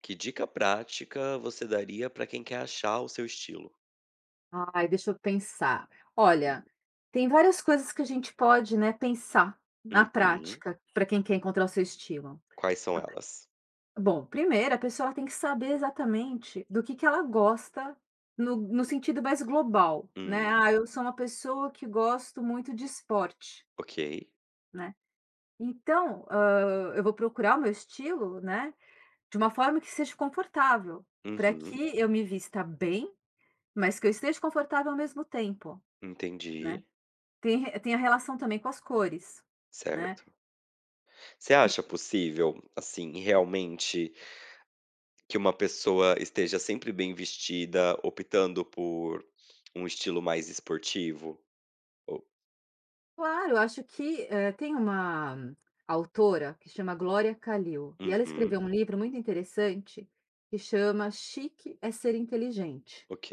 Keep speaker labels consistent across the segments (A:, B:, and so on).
A: Que dica prática você daria para quem quer achar o seu estilo?
B: Ai, deixa eu pensar. Olha, tem várias coisas que a gente pode, né, pensar na
A: Uhum.
B: prática para quem quer encontrar o seu estilo.
A: Quais são elas?
B: Bom, primeiro, a pessoa ela tem que saber exatamente do que ela gosta no sentido mais global, né?
A: Hum,
B: Ah, eu sou uma pessoa que gosto muito de esporte,
A: ok.
B: né? Então, eu vou procurar o meu estilo, né, de uma forma que seja confortável, para
A: Uhum,
B: que eu me vista bem, mas que eu esteja confortável ao mesmo tempo,
A: entendi.
B: né? Tem a relação também com as cores, né.
A: Certo. Você acha possível, assim, realmente que uma pessoa esteja sempre bem vestida, optando por um estilo mais esportivo? Ou.
B: Claro, eu acho que, tem uma autora que chama Glória Kalil, e ela escreveu
A: Uhum,
B: um livro muito interessante que chama Chique é ser inteligente.
A: ok.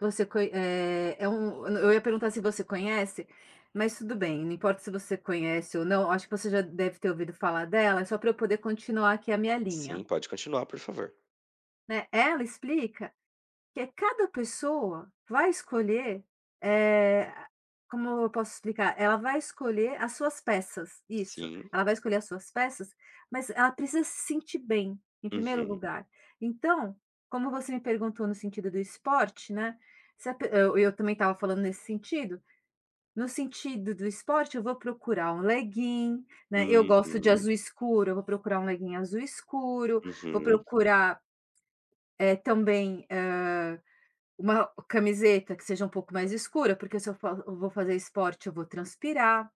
B: É um eu ia perguntar se você conhece, mas tudo bem, não importa se você conhece ou não, acho que você já deve ter ouvido falar dela, é só para eu poder continuar aqui a minha
A: Sim,
B: linha,
A: pode continuar, por favor.
B: né. Ela explica que é cada pessoa vai escolher, eh, como eu posso explicar? Ela vai escolher as suas peças, isso.
A: Sim.
B: Ela vai escolher as suas peças, mas ela precisa se sentir bem, em primeiro
A: Uhum,
B: lugar. Então, como você me perguntou no sentido do esporte, né, se a pe eu também estava falando nesse sentido, no sentido do esporte eu vou procurar um legging, né, eu gosto de
A: uhum,
B: azul escuro, eu vou procurar um legging azul escuro, vou
A: uhum.
B: procurar, também, eh, uma camiseta que seja um pouco mais escura, porque se eu fa eu vou fazer esporte, eu vou transpirar,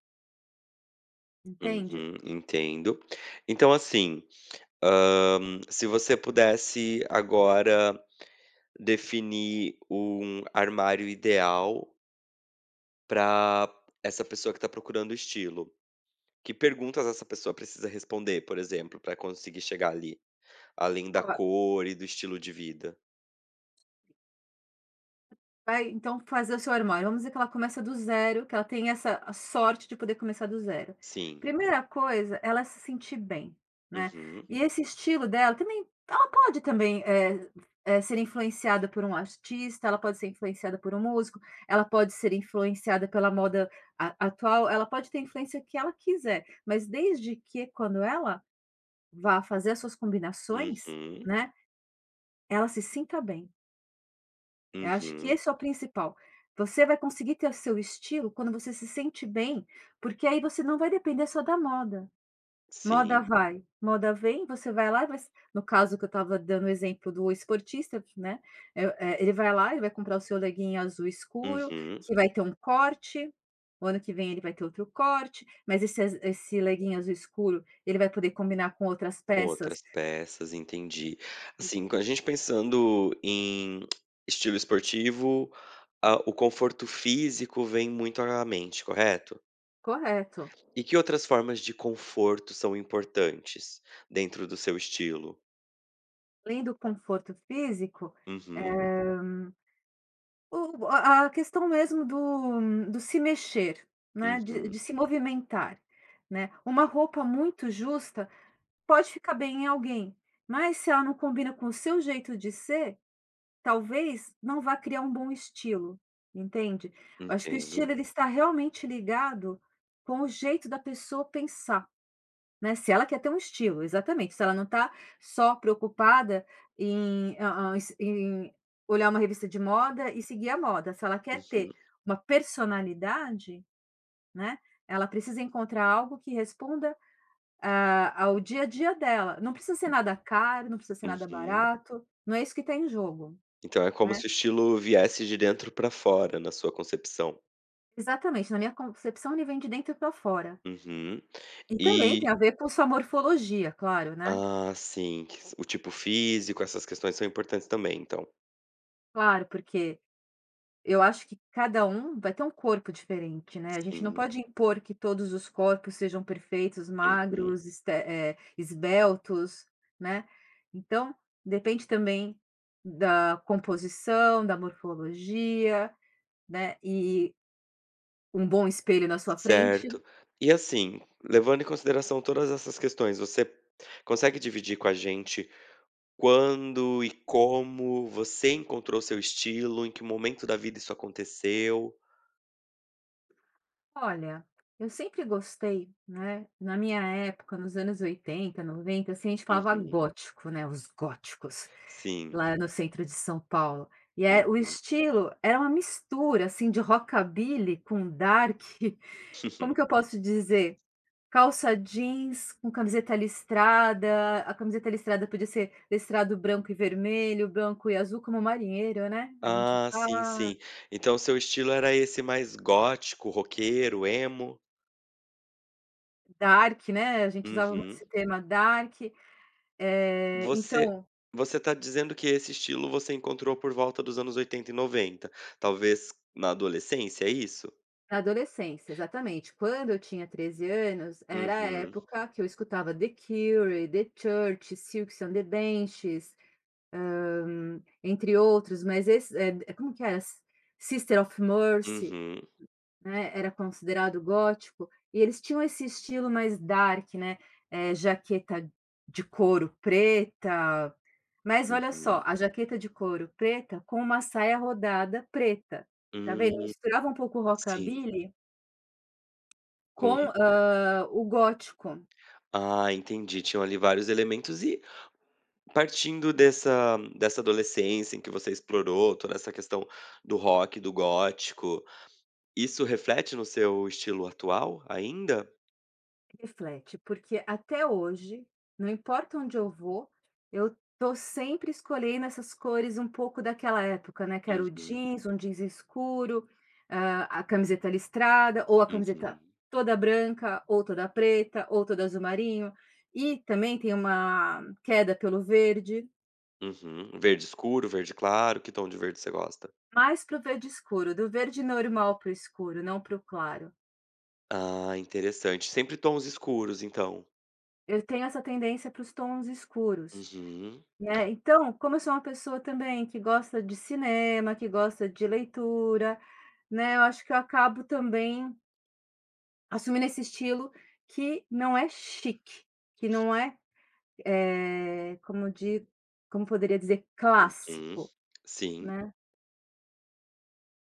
B: entende.
A: Uhum, entendo. Então, assim, se você pudesse agora definir um armário ideal para essa pessoa que está procurando estilo, que perguntas essa pessoa precisa responder, por exemplo, para conseguir chegar ali, além
B: Ó,
A: da cor e do estilo de vida?
B: vai então fazer o seu armário, vamos dizer que ela começa do zero, que ela tem essa a sorte de poder começar do zero.
A: Sim.
B: Primeira coisa, ela se sentir bem, né.
A: Uhum,
B: E esse estilo dela também ela pode também, ser influenciada por um artista, ela pode ser influenciada por um músico, ela pode ser influenciada pela moda a atual, ela pode ter influência que ela quiser, mas desde que quando ela vá fazer as suas combinações,
A: uhum,
B: né, ela se sinta bem. Eu acho que
A: uhum,
B: esse é o principal. Você vai conseguir ter o seu estilo quando você se sente bem, porque aí você não vai depender só da moda. Moda
A: sim,
B: vai, moda vem, você vai lá e vai s no caso que eu estava dando o exemplo do esportista, né, ele vai lá ele vai comprar o seu leguinho azul escuro,
A: uhum.
B: que vai ter um corte, o ano que vem ele vai ter outro corte, mas esse leguinho azul escuro, ele vai poder combinar com outras
A: Com
B: peças.
A: outras peças, entendi. Assim, com a gente pensando em estilo esportivo, ah, o conforto físico vem muito à mente, correto?
B: Correto.
A: E que outras formas de conforto são importantes dentro do seu estilo?
B: Além do conforto físico,
A: Uhum,
B: eh, o a questão mesmo do se mexer, né, de
A: uhum,
B: de se movimentar, né. Uma roupa muito justa pode ficar bem em alguém, mas se ela não combina com o seu jeito de ser, talvez não vá criar um bom estilo, entende? Eu acho que o
A: entendo.
B: estilo ele está realmente ligado com o jeito da pessoa pensar. Né, se ela quer ter um estilo, exatamente, se ela não está só preocupada em hã hã, es em olhar uma revista de moda e seguir a moda, se ela quer
A: Uhum,
B: ter uma personalidade, né, ela precisa encontrar algo que responda, ah, ao dia a dia dela. Não precisa ser nada caro, não precisa ser nada
A: uhum.
B: barato, não é isso que está em jogo,
A: Então é como
B: né.
A: se o estilo viesse de dentro pra fora na sua concepção.
B: Exatamente, na minha concepção ele vem de dentro para fora.
A: Uhum.
B: E também tem
A: E
B: a ver com sua morfologia, claro, né.
A: ah, sim, que s o tipo físico, essas questões são importantes também, então.
B: Claro, porque eu acho que cada um vai ter um corpo diferente, né, a gente não
A: Sim.
B: pode impor que todos os corpos sejam perfeitos,
A: Hum,
B: magros, esbeltos, né. Então, depende também da composição, da morfologia, né, e um bom espelho na sua frente.
A: certo. E assim, levando em consideração todas essas questões, você consegue dividir com a gente quando e como você encontrou seu estilo, em que momento da vida isso aconteceu?
B: Olha, eu sempre gostei, né, na minha época, nos anos 80, 90, assim, a gente falava
A: Uhum.
B: gótico, né, os góticos.
A: Sim.
B: Lá no centro de São Paulo. E é o
A: Uhum.
B: estilo era uma mistura, assim, de rockabilly com dark, como que eu posso dizer? Calça jeans com camiseta listrada, a camiseta listrada podia ser listrado branco e vermelho, branco e azul, como marinheiro, né, a gente
A: Ah, sim,
B: tá
A: sim. Então seu estilo era esse mais gótico, roqueiro, emo?
B: dark, né, a gente usava muito
A: Uhum.
B: esse tema dark. Eh,
A: Você
B: então
A: você tá dizendo que esse estilo você encontrou por volta dos anos 80 e 90, talvez na adolescência, é isso?
B: na adolescência, exatamente. Quando eu tinha 13 anos, era a
A: Uhum,
B: época que eu escutava The Cure, The Church, Silks and the Benchies, entre outros, mas esse como que era? Sister of Mercy,
A: uhum,
B: né, era considerado gótico, e eles tinham esse estilo mais dark, né, jaqueta de couro preta, mas olha só,
A: uhum.
B: a jaqueta de couro preta com uma saia rodada preta, tá vendo?
A: Hum,
B: Misturava um pouco o
A: sim,
B: rockabilly
A: com
B: com, o gótico.
A: entendi. Tinham ali vários elementos. E partindo dessa adolescência em que você explorou toda essa questão do rock, do gótico, isso reflete no seu estilo atual ainda?
B: Reflete, porque até hoje, não importa onde eu vou, eu tô sempre escolhendo essas cores um pouco daquela época, né, que era o
A: Uhum,
B: jeans, um jeans escuro, a camiseta listrada, ou a camiseta
A: uhum,
B: toda branca, ou toda preta, ou toda azul marinho, e também tem uma queda pelo verde,
A: uhum. Verde escuro, verde claro, que tom de verde você gosta?
B: mais para o verde escuro, do verde normal para o escuro, não para o claro.
A: Ah, interessante. Sempre tons escuros, então.
B: Eu tenho essa tendência para os tons escuros.
A: Uhum,
B: Né, então, como eu sou uma pessoa também que gosta de cinema, que gosta de leitura, né, eu acho que eu acabo também assumindo esse estilo que não é chique, que não é, eh, como di como poderia dizer,
A: uhum.
B: clássico,
A: Sim.
B: né.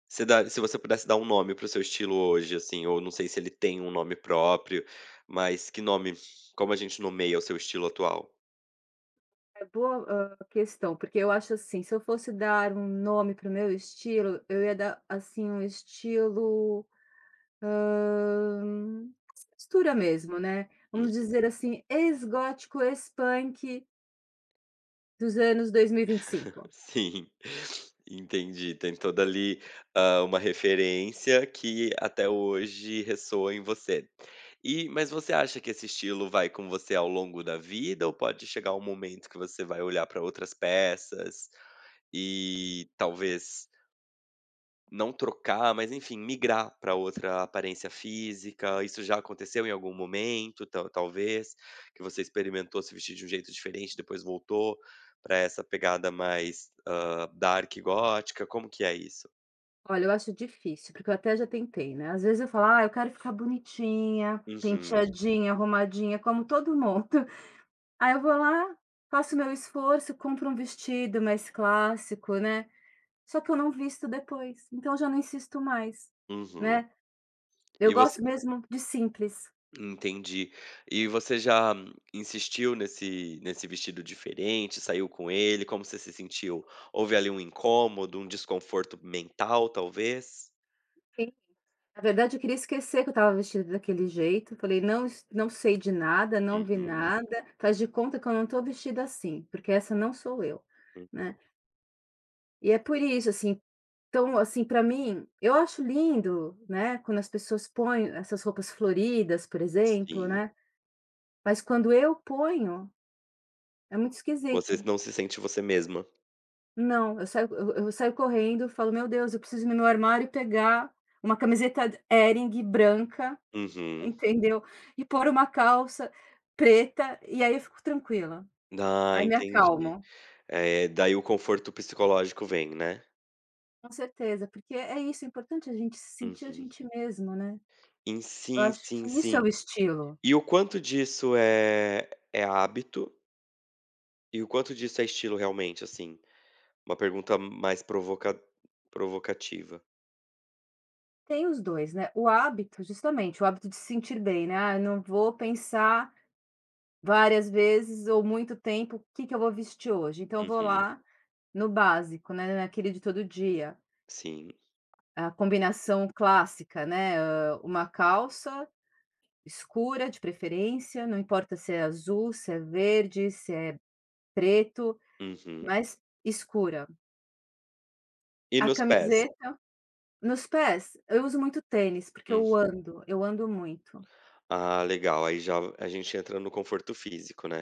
A: Você dá Se você pudesse dar um nome para o seu estilo hoje, assim, ou não sei se ele tem um nome próprio, mas que nome, como a gente nomeia o seu estilo atual?
B: É boa, questão, porque eu acho assim, se eu fosse dar um nome para o meu estilo, eu ia dar, assim, um estilo Hã, mistura mesmo, né,
A: Hum,
B: vamos dizer assim, ex-gótico, ex-punk dos anos 2025.
A: sim, entendi. Tem toda ali, uma referência que até hoje ressoa em você. E mas você acha que esse estilo vai com você ao longo da vida, ou pode chegar um momento que você vai olhar para outras peças e talvez não trocar, mas enfim, migrar para outra aparência física? Isso já aconteceu em algum momento, talvez, que você experimentou se vestir de um jeito diferente, depois voltou para essa pegada mais, dark gótica? Como que é isso?
B: Olha, eu acho difícil, porque eu até já tentei, né, às vezes eu falo: "Ah, eu quero ficar bonitinha,
A: Uhum,
B: penteadinha, arrumadinha, como todo mundo". Aí eu vou lá, faço meu esforço, compro um vestido mais clássico, né, só que eu não visto depois, então eu já não insisto mais,
A: uhum.
B: né. Eu
A: E você
B: gosto mesmo de simples.
A: Entendi. E você já insistiu nesse vestido diferente, saiu com ele? Como você se sentiu? Houve ali um incômodo, um desconforto mental, talvez?
B: Sim. Na verdade, eu queria esquecer que eu estava vestida daquele jeito, falei: não sei de nada, não vi
A: Uhum,
B: nada, faz de conta que eu não estou vestida assim, porque essa não sou eu",
A: hum,
B: né. E é por isso, assim, então, assim, para mim eu acho lindo, né, quando as pessoas põem essas roupas floridas, por exemplo,
A: sim.
B: né, mas quando eu ponho, é muito
A: Você
B: esquisito.
A: não se sente você mesma.
B: Não, eu eu saio correndo, falo: "Meu Deus, eu preciso ir no meu armário e pegar uma camiseta d Hering branca,
A: Uhum.
B: entendeu? E pôr uma calça preta", e aí eu fico tranquila,
A: Ah,
B: aí me
A: entendi.
B: acalmo.
A: Daí o conforto psicológico vem, né.
B: Com certeza, porque é isso, é importante a gente se sentir a
A: Uhum.
B: gente mesmo, né. Eu
A: Sim,
B: acho
A: sim,
B: que isso é
A: sim.
B: o estilo.
A: E o quanto disso é hábito, e o quanto disso é estilo realmente, assim? Uma pergunta mais provocativa.
B: Tem os dois, né, o hábito justamente, o hábito de se sentir bem, né, "Ah, eu não vou pensar várias vezes ou muito tempo, o que que eu vou vestir hoje?". Então eu vou
A: Uhum.
B: lá no básico, né, naquele de todo dia,
A: Sim.
B: a combinação clássica, né, uma calça escura de preferência, não importa se é azul, se é verde, se é preto,
A: Uhum.
B: mas escura.
A: E
B: A
A: nos pés?
B: camiseta nos pés, eu uso muito tênis, porque
A: Hum.
B: eu ando muito.
A: Ah, legal, aí já a gente entra no conforto físico, né.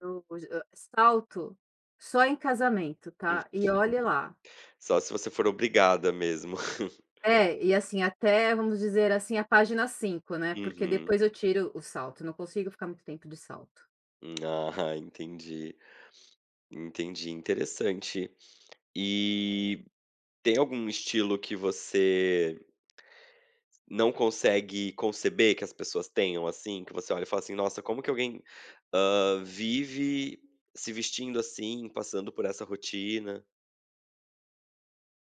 B: Eu salto só em casamento,
A: Hum.
B: tá, e olhe lá.
A: Só se você for obrigada mesmo.
B: É, e assim, até vamos dizer assim, a página 5, né, porque
A: Uhum.
B: depois eu tiro o salto, não consigo ficar muito tempo de salto.
A: Ah, entendi. Entendi, interessante. E tem algum estilo que você não consegue conceber que as pessoas tenham, assim? Que você olha e fala assim: "Nossa, como que alguém, vive se vestindo assim, passando por essa rotina?"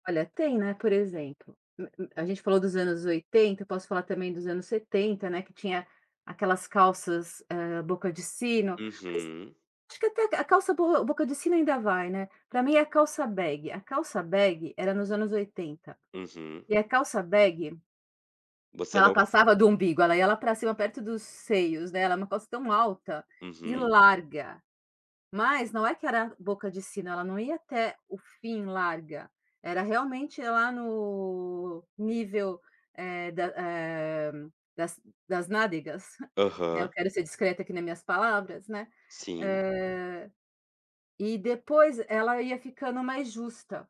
B: Olha, tem, né, por exemplo, a gente falou dos anos oitenta. Eu posso falar também dos anos 70, né, que tinha aquelas calças, boca de sino.
A: Uhum,
B: Acho que até a calça bo boca de sino ainda vai, né. Pra mim é a calça bag. A calça bag era nos anos 80
A: uhum.
B: e a calça bag,
A: Você
B: ela
A: não.
B: passava do umbigo, ela ia lá pra cima perto dos seios, né, ela é uma calça tão alta e
A: Uhum,
B: larga, mas não é que era boca de sino, ela não ia até o fim larga, era realmente lá no nível, eh, da eh, das das nádegas, né, eu
A: aham,
B: quero ser discreta aqui nas minhas palavras, né.
A: sim.
B: Hã E depois ela ia ficando mais justa,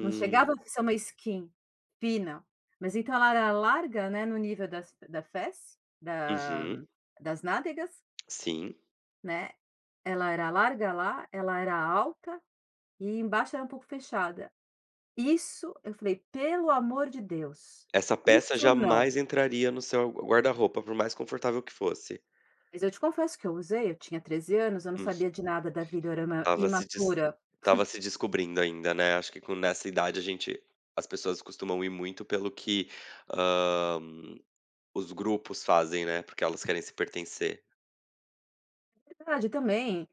B: não chegava a ser uma skin fina, mas então ela era larga, né, no nível das da fez, da
A: uhum,
B: das nádegas,
A: sim.
B: né, ela era larga lá, ela era alta e embaixo era um pouco fechada. Isso eu falei: "Pelo amor de Deus,
A: Essa peça
B: isso não".
A: jamais entraria no seu guarda-roupa, por mais confortável que fosse.
B: Mas eu te confesso que eu usei, eu tinha 13 anos, eu não sabia de nada da vida, eu era uma
A: Tava se des
B: imatura.
A: Estava se descobrindo ainda, né, acho que com nessa idade, a gente as pessoas costumam ir muito pelo que, hã, os grupos fazem, né, porque elas querem se pertencer.
B: Verdade também,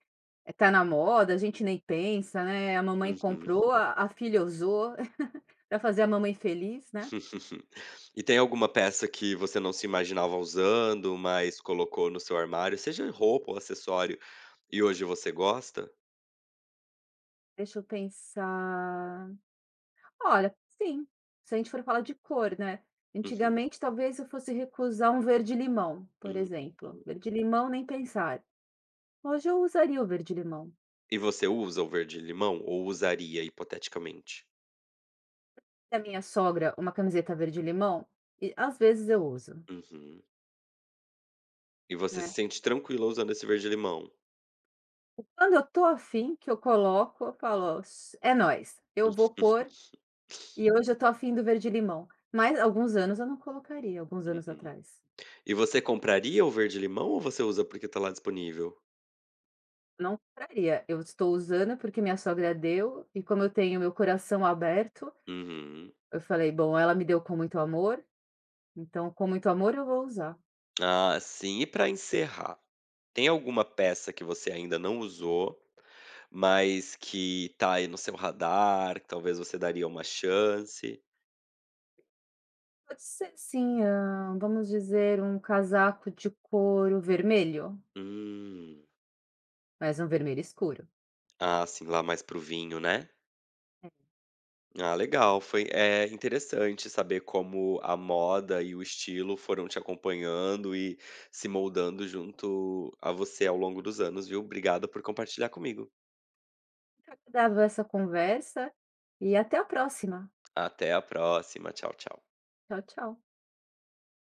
B: Tá na moda, a gente nem pensa, né, a mamãe
A: Uhum.
B: comprou, a filha usou para fazer a mamãe feliz, né.
A: E tem alguma peça que você não se imaginava usando, mas colocou no seu armário, seja roupa ou acessório, e hoje você gosta?
B: Deixa eu pensar. Olha, sim, se a gente for falar de cor, né,
A: Uhum.
B: antigamente talvez eu fosse recusar um verde-limão, por
A: Hum.
B: exemplo,
A: Hum.
B: verde-limão nem pensar. Hoje eu usaria o verde-limão.
A: E você usa o verde limão, ou usaria hipoteticamente?
B: Da minha sogra uma camiseta verde-limão, e às vezes eu uso,
A: Uhum. E você se
B: né.
A: sente tranquila usando esse verde limão?
B: E quando eu tô afim que eu coloco, eu falo: É nós, eu vou pôr e hoje eu tô afim do verde limão", mas alguns anos eu não colocaria, alguns anos atrás.
A: E você compraria o verde-limão, ou você usa porque tá lá disponível?
B: Não compraria, eu estou usando porque minha sogra deu e como eu tenho meu coração aberto,
A: Uhum.
B: eu falei: "Bom, ela me deu com muito amor, então com muito amor eu vou usar".
A: Ah, sim. E pra encerrar, tem alguma peça que você ainda não usou, mas que tá aí no seu radar, que talvez você daria uma chance?
B: Pode ser sim, vamos dizer um casaco de couro vermelho,
A: Hum.
B: mas um vermelho escuro.
A: Ah, sim, lá mais pro vinho, né? Ah, legal. Foi, é interessante saber como a moda e o estilo foram te acompanhando e se moldando junto a você ao longo dos anos, viu? Obrigado por compartilhar comigo.
B: Dava essa conversa e até a próxima.
A: Até a próxima. Tchau, tchau.
B: Tchau, tchau.